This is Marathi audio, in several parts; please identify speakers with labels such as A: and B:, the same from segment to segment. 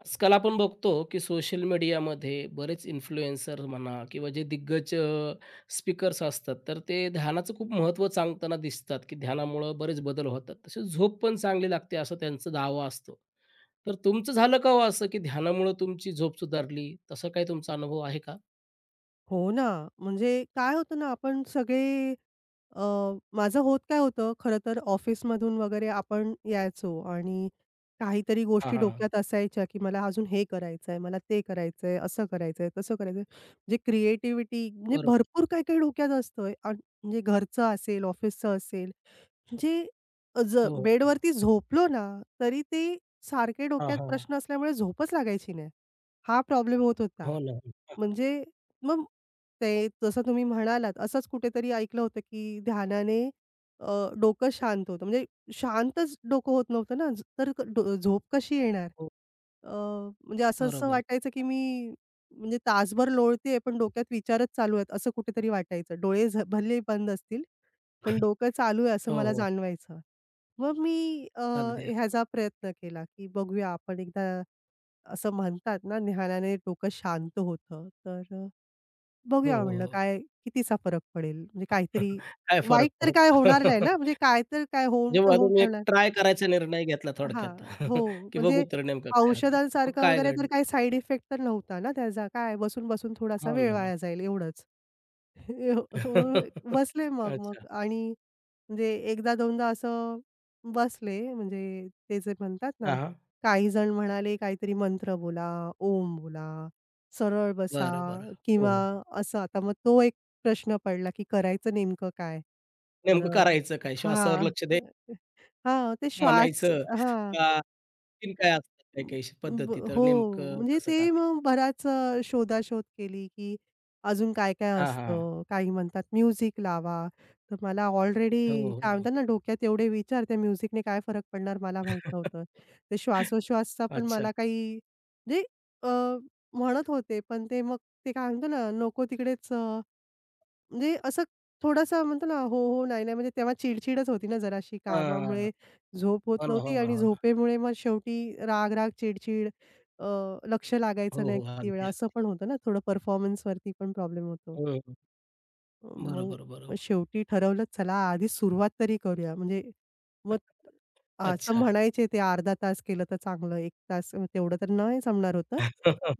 A: आजकाल आपण बघतो की सोशल मीडियामध्ये बरेच इन्फ्लुएन्सर म्हणा किंवा जे दिग्गज स्पीकर्स असतात तर ते ध्यानाचं खूप महत्त्व सांगताना दिसतात की ध्यानामुळं बरेच बदल होतात तसेच झोप पण चांगली लागते असं त्यांचा दावा असतो तर तुमचं झालं का हो असं की ध्यानामुळं तुमची झोप सुधारली तसा काही तुमचा अनुभव आहे का?
B: हो ना. म्हणजे काय होतं ना, आपण सगळे अ, माझं होत काय होतं, खरं तर ऑफिसमधून वगैरे आपण यायचो आणि काहीतरी
A: हां,
B: गोष्टी
A: हां.
B: डोक्यात असायच्या, की मला अजून हे करायचंय, मला ते करायचंय, असं करायचंय, तसं करायचंय. म्हणजे क्रिएटिव्हिटी म्हणजे
A: बरोबर.
B: भरपूर काही-काही डोक्यात असतं. आणि म्हणजे घरचं असेल, ऑफिसचं असेल. म्हणजे
A: हो, हो.
B: बेडवरती झोपलो ना, तरी ते सारखे
A: हां,
B: डोक्यात
A: हां.
B: प्रश्न असल्यामुळे झोपच लागायची नाही. हा प्रॉब्लेम होत होता.
A: हो ना.
B: म्हणजे मग ते जसं तुम्ही म्हणालात असंच कुठेतरी ऐकलं होतं, की ध्यानाने अ, डोकं शांत होतं. म्हणजे शांतच डोकं होत नव्हतं ना, ज- तर ड झोप कशी येणार?
A: हो,
B: अ, म्हणजे असं-असं
A: बरोबर.
B: वाटायचं, की मी म्हणजे तासभर लोळतेय, पण डोक्यात विचारच चालू आहेत, असं कुठेतरी वाटायचं. डोळे भले बंद असतील, पण डोकं चालू आहे असं
A: हो,
B: मला
A: हो.
B: जाणवायचं. मग मी
A: अगदी.
B: ह्याचा प्रयत्न केला, की बघूया आपण एकदा असं म्हणतात ना, ध्यानाने डोकं शांत होतं.
A: हो,
B: बघूया
A: हो,
B: म्हणलं
A: हो.
B: काय कितीचा फरक पडेल? म्हणजे काहीतरी
A: काय फरक
B: वाईट तर काय होणार नाही
A: पडतो?
B: ना? म्हणजे काय तर काय
A: जेव्हा
B: होऊन
A: तुम्ही
B: काय
A: एक
B: होणार?
A: ट्राय करायचा निर्णय घेतला थोडक्यात,
B: हां. हो.
A: की
B: म्हणजे
A: बघू तर नेमकं काय होतं. मग
B: औषधांसारखा
A: काय
B: वगैरे तर
A: घडलं?
B: काही साइड इफेक्ट तर नव्हता ना त्याचा. काय बसून-बसून थोडासा
A: हो
B: वेळ
A: ना, हो.
B: वाया जाईल एवढंच.
A: ना.
B: मग बसले मग मग
A: अच्छा.
B: आणि म्हणजे एकदा दोनदा असं बसले म्हणजे ते जे म्हणतात ना,
A: हां, हां.
B: काही जण म्हणाले काहीतरी मंत्र बोला, ओम बोला, सरळ बसा
A: बरं, बरं. हो,
B: किंवा
A: हो.
B: असं. आता मग तो एक प्रश्न पडला, की करायचं नेमकं काय? तर
A: नेमकं
B: अ,
A: करायचं काय? श्वासावर लक्ष
B: हां.
A: द्यायचं,
B: हां, ते श्वास
A: म्हणायचं
B: हां.
A: का आणखीन काय असतात काही-काही पद्धती? तर
B: हो,
A: नेमकं
B: म्हणजे
A: कसं
B: ते
A: करायचं?
B: मग बराच शोधाशोध केली, की अजून काय-काय
A: हां, हां.
B: असतं. काही म्हणतात म्युझिक लावा. तर मला
A: हो,
B: ऑलरेडी काय
A: हो.
B: म्हणतात ना, डोक्यात एवढे विचार त्या म्युझिकने काय फरक पडणार मला माहीत नव्हतं. ते श्वासोश्वासचा पण
A: अच्छा.
B: मला काही म्हणजे अ, म्हणत होते, पण ते मग ते काय म्हणतो ना, नको तिकडेच म्हणजे असं थोडासा म्हणतो ना, हो, हो, नाही, नाही म्हणजे तेव्हा चिड होती ना जराशी
A: हां.
B: कामामुळे झोप होत
A: हो ना,
B: नव्हती
A: हो ना,
B: आणि
A: हो ना.
B: झोपेमुळे मग शेवटी राग-राग, चिड अ, लक्ष लागायचं
A: हो,
B: नाही
A: हो.
B: किती
A: अगदी,
B: वेळा असं
A: अगदी.
B: पण होतं ना थोडं परफॉर्मन्सवरती पण प्रॉब्लेम होतो.
A: हं,
B: मग
A: बरोबर,
B: मग
A: बरोबर.
B: शेवटी ठरवलं चला आधी सुरुवात तरी करूया म्हणजे मग असं
A: अच्छा.
B: म्हणायचे ते अर्धा तास केलं तर चांगलं 1 तास मग तेवढं तर नाही जमणार होतं.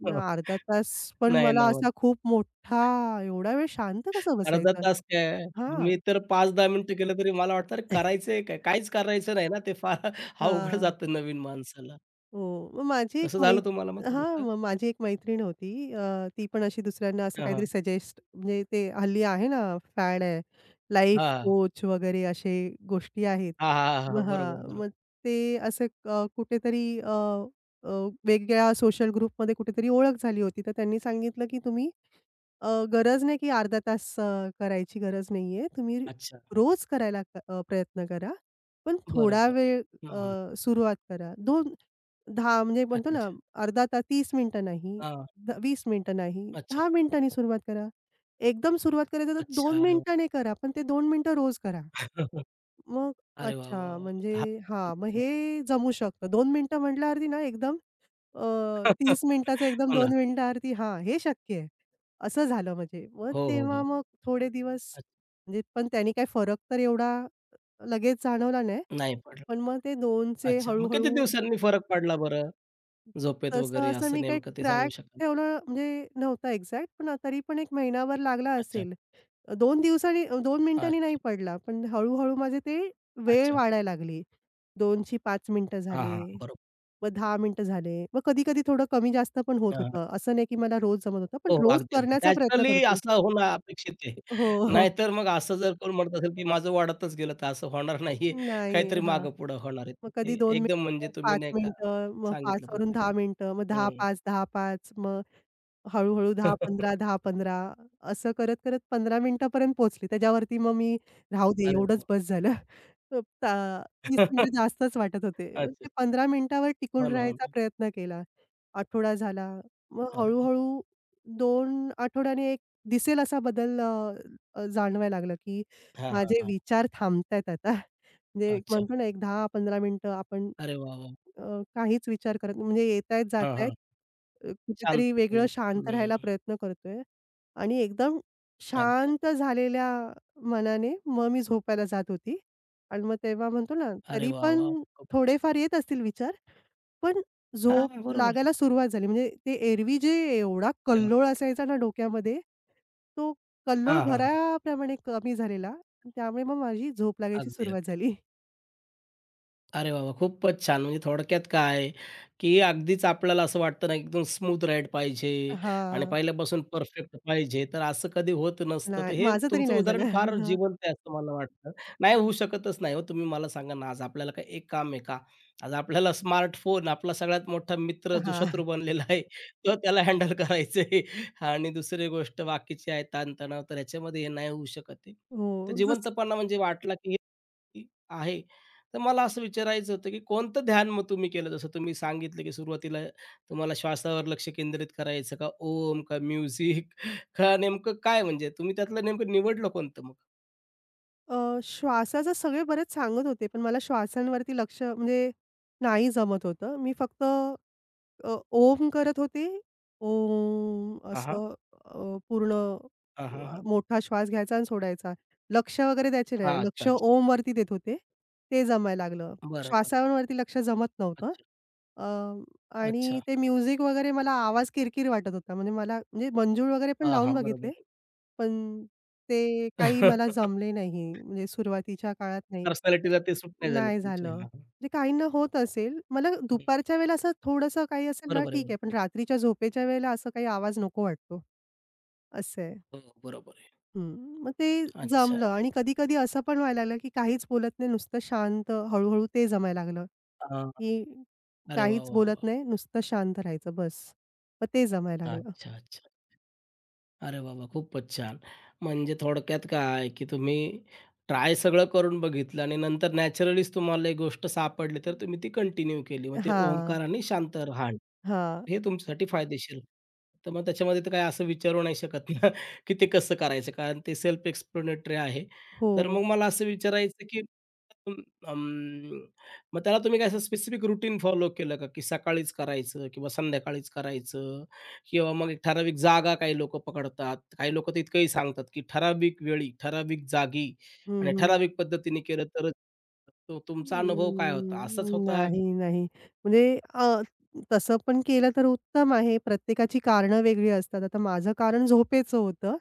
B: पण अर्धा तास पण
A: नाही
B: मला
A: ना.
B: असा खूप मोठा एवढा वेळ शांत कसं
A: अर्धा
B: बसायचं?
A: तास काय,
B: हां.
A: मी तर 5-10 मिनिटं केलं तरी मला वाटतं अरे करायचंय काय? काहीच करायचं नाही ना, ते फार अवघड
B: हां.
A: जातं नवीन माणसाला.
B: हो. मग माझी एक
A: तसं झालं तुम्हाला मग
B: हां.
A: थोडंसं?
B: मग माझी एक मैत्रीण होती. ती पण अशी दुसऱ्यांना असं
A: हां,
B: काहीतरी
A: हां.
B: सजेस्ट म्हणजे ते हल्ली आहे ना फॅड आहे. लाईफ
A: हां.
B: कोच वगैरे असे गोष्टी आहेत.
A: हां, हां, हां,
B: मग
A: हां. बरोबर,
B: हां.
A: बरोबर.
B: मग ते असं अ, कुठेतरी अ, अ, वेगळ्या सोशल ग्रुपमध्ये कुठेतरी ओळख झाली होती. तर त्यांनी सांगितलं, की तुम्ही गरज नाही की करायची गरज नाहीये. तुम्ही
A: अच्छा.
B: रोज करायला प्रयत्न करा. पण
A: बरं,
B: थोडा
A: बरं.
B: वेळ
A: हं, हं.
B: सुरुवात करा. 2-10 म्हणजे म्हणतो
A: अच्छा,
B: ना
A: अच्छा.
B: अर्धा तास 30 मिनिटं नाही,
A: हां.
B: 20 मिनिटं नाही,
A: अच्छा,
B: 10 मिनिटांनी सुरुवात करा. एकदम सुरुवात करायचं तर
A: अच्छा.
B: 2
A: अरे वाह!
B: मिनिटांनी करा, पण ते 2 मिनिटं रोज करा. मग
A: अरे वाह, वाह,
B: अच्छा, म्हणजे
A: वाह! हां.
B: हां, मग हे जमू शकतं. 2 मिनिटं म्हटल्यावरती ना एकदम अ, 30 मिनिटाचं एकदम
A: हो ना.
B: 2 मिनिटावरती हां, हे शक्य आहे. असं झालं म्हणजे. मग
A: हो, हो,
B: तेव्हा
A: हो.
B: मग थोडे दिवस
A: अच्छा.
B: म्हणजे पण त्याने काही फरक तर एवढा लगेच जाणवला नाही.
A: नाही पडलं.
B: पण मग ते 2 चे
A: अच्छा. मग किती
B: हळू-हळू
A: दिवसांनी फरक पडला बरं? झोपेत
B: तसं
A: वगैरे
B: असं
A: असं
B: मी काही
A: नेमकं ते सांगू
B: ट्रॅक
A: शकाल?
B: ठेवलं म्हणजे नव्हता एक्झॅक्ट पण तरी पण 1 महिनाभर लागला
A: अच्छा,
B: असेल. 2 दिवसांनी 2 मिनिटांनी नाही
A: अच्छा,
B: पडला, पण हळू माझे ते वेळ
A: अच्छा.
B: वाढायला लागली. 2ची 5 मिनिटं
A: हां,
B: झाले,
A: हां. बरोबर.
B: मग 10 मिनिटं झाले. मग कधी-कधी थोडं कमी जास्त पण होत
A: हां, हां.
B: होतं. असं नाही की मला रोज जमत होतं, पण
A: हो, हो.
B: रोज
A: अगदी, अगदी.
B: करण्याचा प्रयत्न
A: नॅचरली
B: करते.
A: असं होणं अपेक्षित आहे.
B: हो, हो.
A: नाहीतर मग असं जर कोण म्हणत असेल, की माझं वाढतच गेलं, तर असं होणार नाहीये.
B: नाही.
A: काहीतरी
B: हां.
A: मागं-पुढं होणार आहे. तर
B: मग कधी
A: ते
B: 2
A: एकदम म्हणजे
B: मिनिटं,
A: तुम्ही
B: 5
A: नाही का
B: मिनिटं, मग 5
A: सांगितलं
B: वरून
A: परफेक्ट.
B: 10 मिनिटं, मग
A: हं.
B: 10-5, 10-5 मग हळू-हळू 10-15, 10-15 असं करत-करत 15 मिनिटापर्यंत पोहोचली. त्याच्यावरती मग मी राहू दे
A: अरे
B: एवढंच
A: वाह!
B: बस झालं. अ, ता 30 मिनिटं जास्तच वाटत होते.
A: अच्छा.
B: ते 15 मिनिटावर
A: हो
B: टिकून
A: ना, हो
B: राहायचा
A: ना.
B: प्रयत्न केला. आठवडा झाला. मग
A: अगदी.
B: हळू-हळू 2 आठवड्याने एक दिसेल असा बदल अ, अ, जाणवायला लागला, की
A: हां, हां,
B: माझे
A: हां.
B: विचार थांबतायत आता. म्हणजे एक
A: अच्छा.
B: म्हणतो ना, एक 10-15 मिनिटं आपण
A: अरे वाह, वाह!
B: काहीच विचार करत नाही. म्हणजे येतायत,
A: हां,
B: जातायत.
A: हां.
B: कुठेतरी वेगळं
A: शांतपणे
B: शांत राहायला
A: हं.
B: प्रयत्न करतोय आणि एकदम
A: अगदी.
B: शांत झालेल्या मनाने मग मी झोपायला जात होती आणि मग तेव्हा म्हणतो ना,
A: अरे
B: तरी
A: वाह, वाह!
B: पण
A: खूप
B: थोडेफार येत असतील विचार, पण झोप
A: हां, बरोबर
B: लागायला
A: आहे.
B: सुरुवात झाली. म्हणजे ते एरवी जे एवढा
A: अरे वाह!
B: कल्लोळ असायचा ना डोक्यामध्ये, तो कल्लोळ
A: हां, हां,
B: भराप्रमाणे कमी झालेला. त्यामुळे मग माझी झोप लागायची
A: अगदी.
B: सुरुवात झाली.
A: अरे वाह, वाह! खूपच छान. म्हणजे थोडक्यात काय, की अगदीच आपल्याला असं वाटतं ना, एकदम स्मूथ राईड पाहिजे आणि
B: हां.
A: पहिल्यापासून परफेक्ट पाहिजे, तर असं कधी होत नसतं.
B: नाही,
A: तर हे
B: माझं तरी
A: तुमचं
B: नाही झालं.
A: उदाहरण फार जिवंत आहे असं मला वाटतं. नाही होऊ शकतच नाही हो. तुम्ही मला सांगा ना, आज आपल्याला काय एक काम आहे का? आज आपल्याला स्मार्टफोन, आपला सगळ्यात मोठा मित्र जो
B: हां.
A: शत्रू बनलेला आहे, तर त्याला हँडल करायचं आहे आणि दुसरी गोष्ट बाकीची आहे ताणतणाव, तर ह्याच्यामध्ये हे नाही होऊ शकत आहे.
B: हो.
A: तर
B: जसं
A: जिवंतपणा म्हणजे वाटला, की हे आहे. तर मला असं विचारायचं होतं, की कोणतं ध्यान मग तुम्ही केलं? जसं तुम्ही सांगितलं, की सुरुवातीला तुम्हाला श्वासावर लक्ष केंद्रित करायचं का ओम, का म्युझिक, का नेमकं काय म्हणजे तुम्ही त्यातलं नेमकं निवडलं कोणतं मग?
B: श्वासाचं सगळे बरेच सांगत होते, पण मला श्वासांवरती लक्ष म्हणजे नाही जमत होतं. मी फक्त ओम करत होते. ओम
A: हां, हां.
B: असं अ, पूर्ण
A: हां, हां,
B: अ,
A: हां.
B: मोठा श्वास घ्यायचा आणि सोडायचा. लक्ष वगैरे द्यायचे
A: हां,
B: नाही.
A: अच्छा,
B: लक्ष
A: अच्छा.
B: ओमवरती देत होते. ते जमायला लागलं.
A: बरं, बरं.
B: श्वासांवरती लक्ष जमत नव्हतं.
A: अच्छा,
B: अ, आणि
A: अच्छा.
B: ते म्युझिक वगैरे मला आवाज किरकिर वाटत होता. म्हणजे मला म्हणजे मंजूळ वगैरे पण
A: हां,
B: लावून
A: हां. बरोबर
B: बघितले.
A: आहे.
B: पण ते काही मला जमले नाही. म्हणजे सुरुवातीच्या काळात नाही.
A: पर्सनॅलिटीला ते सूट नाही झालं
B: नाही
A: तुमच्या.
B: झालं.
A: हां, हां.
B: म्हणजे काहींना होत असेल. मला
A: हं.
B: दुपारच्या वेळेला असं थोडंसं काही असेल ना,
A: बरोबर आहे,
B: ठीक
A: बरोबर.
B: आहे. पण रात्रीच्या झोपेच्या वेळेला असा काही आवाज नको वाटतो. असं आहे.
A: हो, बरोबर आहे.
B: हं. मग ते
A: अच्छा.
B: जमलं आणि कधी-कधी असं पण व्हायला लागलं, की काहीच बोलत नाही, नुसतं शांत हळू ते जमायला लागलं,
A: हां.
B: की
A: अरे वाह,
B: काहीच
A: वाह,
B: बोलत
A: वाह!
B: नाही, नुसतं शांत राहायचं बस. मग ते जमायला लागलं.
A: अच्छा, अच्छा. अरे बाबा वाह! खूपच छान. म्हणजे थोडक्यात काय, की तुम्ही ट्राय सगळं करून बघितलं आणि नंतर नॅचरलीच तुम्हाला एक गोष्ट सापडली, तर तुम्ही ती कंटिन्यू केली. मग ते
B: हां,
A: ओंकार आणि शांत राहण,
B: हां.
A: हे तुमच्यासाठी फायदेशीर. तर मग त्याच्यामध्ये तर काही असं विचारू नाही शकत ना, की ते कसं करायचं? कारण ते सेल्फ एक्सप्लेनेटरी आहे.
B: हो.
A: तर मग मला असं विचारायचं, की अं, अं, मग त्याला तुम्ही काय असं स्पेसिफिक रुटीन फॉलो केलं का? की सकाळीच करायचं किंवा संध्याकाळीच करायचं? किंवा मग एक ठराविक जागा काही लोकं पकडतात. काही लोकं तर इतकंही सांगतात, की ठराविक वेळी, ठराविक जागी
B: हं,
A: आणि
B: हं.
A: ठराविक पद्धतीने केलं तरच तो तुमचा अनुभव काय होता? असाच
B: अं,
A: होता?
B: नाही, नाही. म्हणजे अ, तसं पण केलं तर उत्तम आहे. प्रत्येकाची कारणं वेगळी असतात. आता माझं कारण झोपेचं होतं.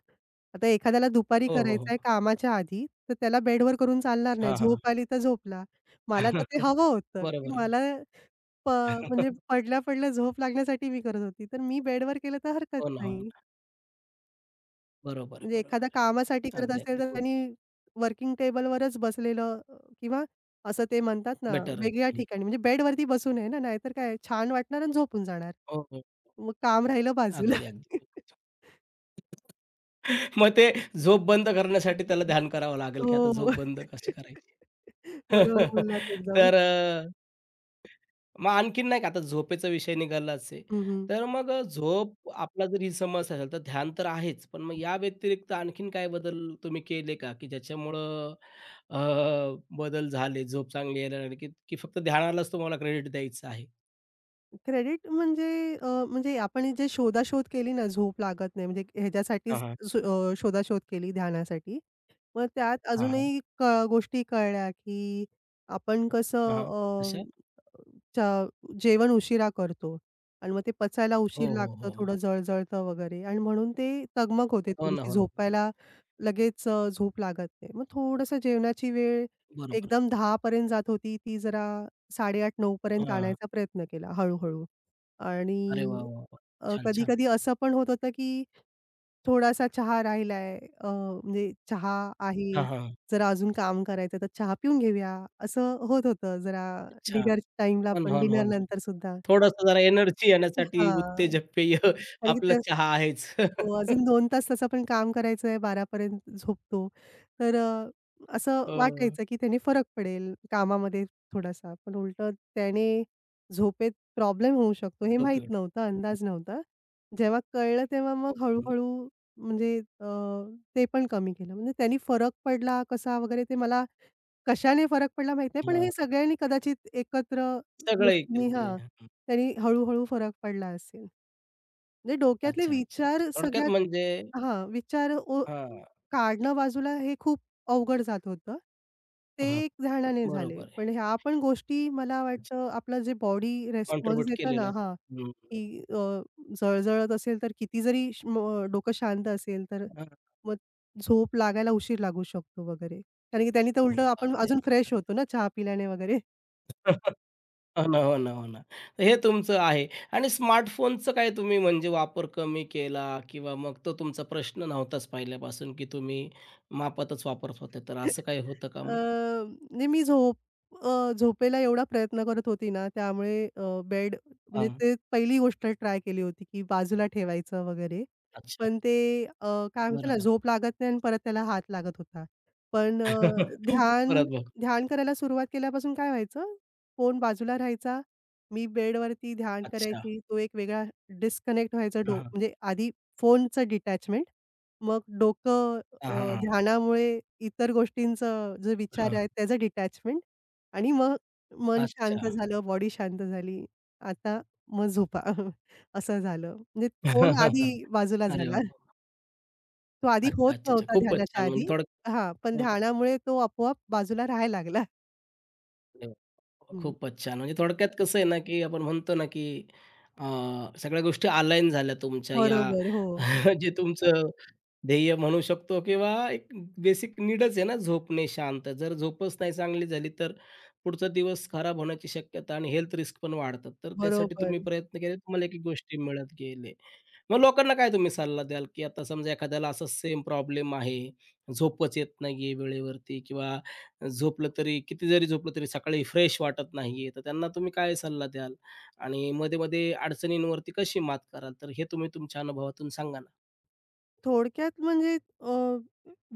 B: आता एखाद्याला दुपारी
A: हो, हो,
B: करायचं
A: हो.
B: आहे कामाच्या आधी, तर त्याला बेडवर करून चालणार नाही.
A: हां, हां.
B: झोप आली तर झोपला. मला तर ते हवं होतं,
A: बरं,
B: की
A: बरं, बरं.
B: मला प म्हणजे पडल्या-पडल्या झोप लागण्यासाठी मी करत होती. तर मी बेडवर केलं तर हरकत
A: हो ना, हो
B: नाही.
A: ना. बरोबर
B: म्हणजे एखाद्या
A: बरोबर आहे.
B: कामासाठी करत
A: अगदी,
B: असेल,
A: अगदी.
B: तर
A: खूप
B: त्यांनी वर्किंग टेबलवरच बसलेलं किंवा असं ते म्हणतात ना,
A: बेटर आहे.
B: वेगळ्या
A: हं.
B: ठिकाणी म्हणजे बेडवरती बसू नये ना, नाहीतर काय छान वाटणार आणि झोपून जाणार.
A: हो, हो.
B: मग काम राहिलं बाजूला.
A: अगदी, अगदी. मग ते झोप बंद करण्यासाठी त्याला ध्यान करावं लागेल, की आता
B: हो.
A: झोप बंद कशी करायची?
B: बरोबर बोललात एकदम.
A: तर मग आणखीन नाही का आता झोपेचा विषय निघालाच आहे.
B: हं,
A: तर मग झोप आपला जर ही समस्या असेल, तर ध्यान तर आहेच. पण मग या व्यतिरिक्त आणखीन काय बदल तुम्ही केले का? की ज्याच्यामुळं अ, बदल झाले, झोप चांगली यायला लागली, की की फक्त ध्यानालाच तुम्हाला क्रेडिट द्यायचं आहे?
B: क्रेडिट म्हणजे म्हणजे आपण जे शोधाशोध केली ना, झोप लागत नाही म्हणजे ह्याच्यासाठीच
A: हां, हां.
B: शोधाशोध केली ध्यानासाठी. मग त्यात
A: हां, हां.
B: अजूनही गोष्टी कळल्या, की आपण कसं
A: हां, हां.
B: अ, च जेवण उशिरा करतो आणि मग ते पचायला
A: हो,
B: उशीर
A: हो,
B: लागतं, थोडं
A: हो.
B: जळजळतं वगैरे आणि म्हणून ते तगमग होते
A: हो ना,
B: थोडीशी,
A: हो ना.
B: झोपायला लगेच झोप लागत नाही. मग थोडंसं जेवणाची वेळ
A: बरोबर.
B: एकदम 10 पर्यंत जात होती, ती जरा 8:30-9 पर्यंत
A: हां.
B: आणायचा प्रयत्न केला हळू आणि
A: अरे वाह, वाह, वाह! छान, छान.
B: कधी-कधी असं पण होत होतं, की थोडासा चहा राहिलाय, म्हणजे चहा
A: हां,
B: आहे,
A: हां.
B: जरा अजून काम करायचं तर चहा पिऊन घेऊया, असं होत होतं जरा
A: अच्छा.
B: डिनर टाईमला
A: हो ना,
B: पण
A: हो ना, हो
B: डिनर
A: ना.
B: नंतर सुद्धा.
A: थोडंसं जरा एनर्जी येण्यासाठी
B: हां.
A: उत्तेजक पेय
B: कारण की
A: आपला
B: ते
A: चहा
B: हो,
A: आहेच.
B: अजून 2 तास त्याचं पण काम करायचं आहे, 12 पर्यंत झोपतो. तर अ, असं
A: अ
B: वाटायचं, की त्याने फरक पडेल कामामध्ये थोडासा. पण उलटं त्याने झोपेत प्रॉब्लेम होऊ शकतो हे
A: जो
B: माहीत
A: पिऊन
B: नव्हतं, अंदाज नव्हता. जेव्हा कळलं तेव्हा मग हळू-हळू म्हणजे अ, ते पण कमी केलं. म्हणजे त्यांनी फरक पडला कसा वगैरे ते मला कशाने फरक पडला माहीत नाही. पण हे
A: हां.
B: सगळ्यांनी कदाचित एकत्र
A: सगळंही
B: गोष्टींनी
A: केलं
B: हां,
A: पाहिजे. हं.
B: त्यांनी हळू फरक पडला असेल. म्हणजे डोक्यातले
A: अच्छा, अच्छा,
B: विचार
A: अच्छा. थोडक्यात
B: सगळ्यात
A: म्हणजे
B: हां, विचार
A: हां.
B: काढणं बाजूला हे खूप अवघड जात होतं. ते
A: हां.
B: एक ध्यानाने झाले.
A: बरोबर आहे.
B: पण ह्या पण गोष्टी मला
A: अच्छा.
B: वाटतं आपलं जे बॉडी रिस्पॉन्स देतं
A: केलेलं
B: ना
A: असतं.
B: हां,
A: हं.
B: की अ, जळजळत असेल तर किती जरी श म डोकं शांत असेल तर
A: हां.
B: मग झोप लागायला उशीर लागू शकतो वगैरे. कारण की त्यांनी तर
A: हो, हो.
B: उलटं आपण
A: अगदी,
B: अजून फ्रेश होतो ना चहा पिल्याने वगैरे.
A: अगदी. हो ना, हो ना, हो ना. तर हे तुमचं आहे आणि स्मार्टफोनचं काय तुम्ही म्हणजे वापर कमी केला किंवा मग तो तुमचा प्रश्न नव्हताच पहिल्यापासून, की तुम्ही मापातच वापरत होते, तर असं काही होतं का
B: अ,
A: मग?
B: म्हणजे मी झोपेला एवढा प्रयत्न करत होती ना, त्यामुळे अ, बेड म्हणजे
A: हां.
B: ते पहिली गोष्ट ट्राय केली होती, की बाजूला ठेवायचं वगैरे.
A: अच्छा.
B: पण ते अ, काय म्हणतो ना,
A: बरं,
B: झोप लागत नाही आणि परत त्याला हात लागत होता. पण ध्यान
A: परत बघ.
B: ध्यान करायला सुरुवात केल्यापासून काय व्हायचं, फोन बाजूला राहायचा. मी बेडवरती ध्यान
A: अच्छा.
B: करायची. तो एक वेगळा डिस्कनेक्ट व्हायचा
A: हां,
B: डो
A: हां.
B: म्हणजे आधी फोनचं डिटॅचमेंट, मग डोकं
A: हां,
B: अ,
A: हां,
B: ध्यानामुळे इतर गोष्टींचं जे विचार आहेत त्याचं डिटॅचमेंट आणि मग मन शांत
A: अच्छा.
B: झालं, बॉडी शांत झाली. आता मग झोपा असं झालं. म्हणजे फोन आधी बाजूला
A: अरे
B: झाला.
A: वाह!
B: तो आधी
A: अच्छा,
B: होत
A: अच्छा, अच्छा.
B: नव्हता
A: खूपच
B: ध्यानाच्या
A: छान. म्हणजे
B: आधी.
A: थोडं
B: हां, पण ध्यानामुळे तो आपोआप बाजूला राहायला लागला.
A: हो,
B: हं.
A: खूपच छान. म्हणजे थोडक्यात कसं आहे ना, की आपण म्हणतो ना, की अ, सगळ्या गोष्टी अलाईन झाल्या तुमच्या या
B: बरोबर. हो,
A: जे तुमचं ध्येय म्हणू शकतो किंवा एक बेसिक नीडच आहे ना, झोपणे शांत. जर झोपच नाही चांगली झाली, तर पुढचा दिवस खराब होण्याची शक्यता आणि हेल्थ रिस्क पण वाढतात. तर त्यासाठी
B: बरोबर.
A: तुम्ही प्रयत्न केले, तुम्हाला एक-एक गोष्टी मिळत गेले. मग लोकांना काय तुम्ही सल्ला द्याल, की आता समजा एखाद्याला असा सेम प्रॉब्लेम आहे, झोपच येत नाहीये वेळेवरती किंवा झोपलं तरी किती जरी झोपलं तरी सकाळी फ्रेश वाटत नाहीये, तर त्यांना तुम्ही काय सल्ला द्याल? आणि मध्ये-मध्ये अडचणींवरती कशी मात कराल? तर हे तुम्ही तुमच्या अनुभवातून सांगा ना.
B: थोडक्यात म्हणजे अ,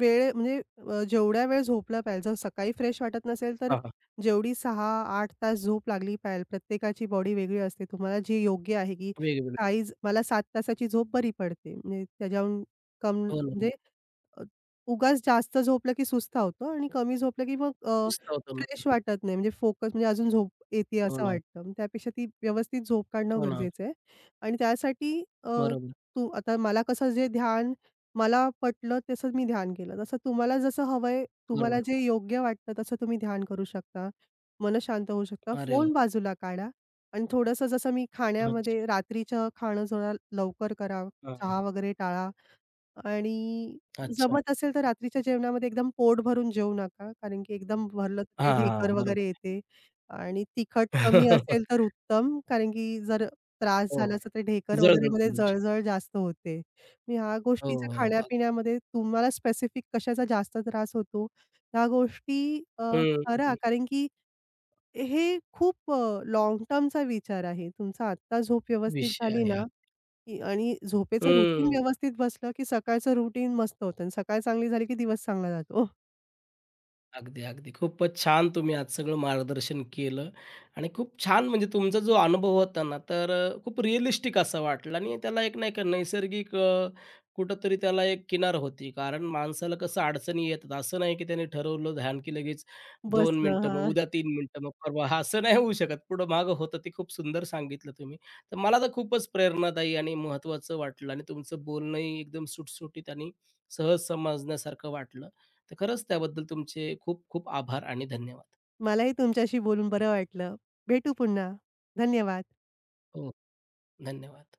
B: वेळ म्हणजे जेवढ्या वेळ झोपला पाहिजे. जर सकाळी फ्रेश वाटत नसेल, तर
A: हां, हां.
B: जेवढी 6-8 तास झोप लागली पाहिजे. प्रत्येकाची बॉडी वेगळी असते. तुम्हाला जी योग्य आहे, की
A: वेगवेगळे.
B: मला 7 तासाची झोप बरी पडते. म्हणजे त्याच्याहून कम
A: हो ना.
B: म्हणजे अ, उगाच जास्त झोपलं की सुस्ता होतो आणि कमी झोपलं की मग
A: सुस्त होतो ना.
B: फ्रेश वाटत नाही. म्हणजे फोकस म्हणजे अजून झोप येते
A: हो
B: असं
A: ना.
B: वाटतं. मग त्यापेक्षा ती व्यवस्थित झोप काढणं
A: हो ना.
B: गरजेचं आहे आणि त्यासाठी अ,
A: बरोबर,
B: तू आता मला कसं जे ध्यान मला पटलं तसं मी ध्यान केलं. तसं तुम्हाला जसं हवंय, तुम्हाला
A: बरोबर.
B: जे योग्य वाटतं तसं तुम्ही ध्यान करू शकता. मन शांत होऊ शकतं.
A: अरे वाह!
B: फोन बाजूला काढा आणि थोडंसं जसं मी
A: अच्छा.
B: खाण्यामध्ये रात्रीचं खाणं जरा लवकर करा.
A: हां, हां.
B: चहा वगैरे टाळा. आणि
A: अच्छा.
B: जमत असेल तर रात्रीच्या जेवणामध्ये एकदम पोट भरून जेवू नका. कारण की एकदम भरलं तर ते
A: हां,
B: ढेकर
A: हां.
B: वगैरे
A: बरोबर.
B: येते आणि तिखट कमी असेल तर उत्तम. कारण की जर त्रास
A: हो, हो.
B: झाला तर ते ढेकर
A: जळजळ
B: वगैरेमध्ये
A: करू शकतो.
B: जळजळ जास्त होते. मी ह्या
A: हो,
B: गोष्टीचा
A: हो. हो.
B: खाण्यापिण्यामध्ये तुम्हाला स्पेसिफिक कशाचा जास्त त्रास होतो, ह्या गोष्टी अ,
A: हं,
B: करा. कारण की हे खूप लाँग टर्मचा विचार आहे. तुमचा आत्ता झोप व्यवस्थित
A: विषय
B: झाली
A: आहे
B: ना,
A: हा.
B: की आणि झोपेचं रुटीन
A: हं.
B: व्यवस्थित बसलं, की सकाळचं रुटीन मस्त होतं आणि सकाळ चांगली झाली, की दिवस चांगला जातो.
A: अगदी, अगदी. खूपच छान तुम्ही आज सगळं मार्गदर्शन केलं आणि खूप छान म्हणजे तुमचा जो अनुभव होता ना, तर खूप रिअलिस्टिक असा वाटला आणि त्याला एक नाही का नैसर्गिक कुठेतरी त्याला एक किनार होती. कारण माणसाला कसं अडचणी येतात. असं नाही की त्याने ठरवलं ध्यान की लगेच 2
B: बसलं
A: मिनिटं, मग
B: हां.
A: उद्या 3 मिनिटं, मग परवा हा असं नाही होऊ शकत. पुढं मागं होतं. ते खूप सुंदर सांगितलं तुम्ही. तर मला तर खूपच प्रेरणादायी आणि महत्त्वाचं वाटलं आणि तुमचं बोलणंही एकदम सुटसुटीत आणि सहज समजण्यासारखं वाटलं. तर खरंच त्याबद्दल तुमचे खूप खूप आभार आणि धन्यवाद.
B: मलाही तुमच्याशी बोलून बरं वाटलं. भेटू पुन्हा. धन्यवाद.
A: हो. धन्यवाद.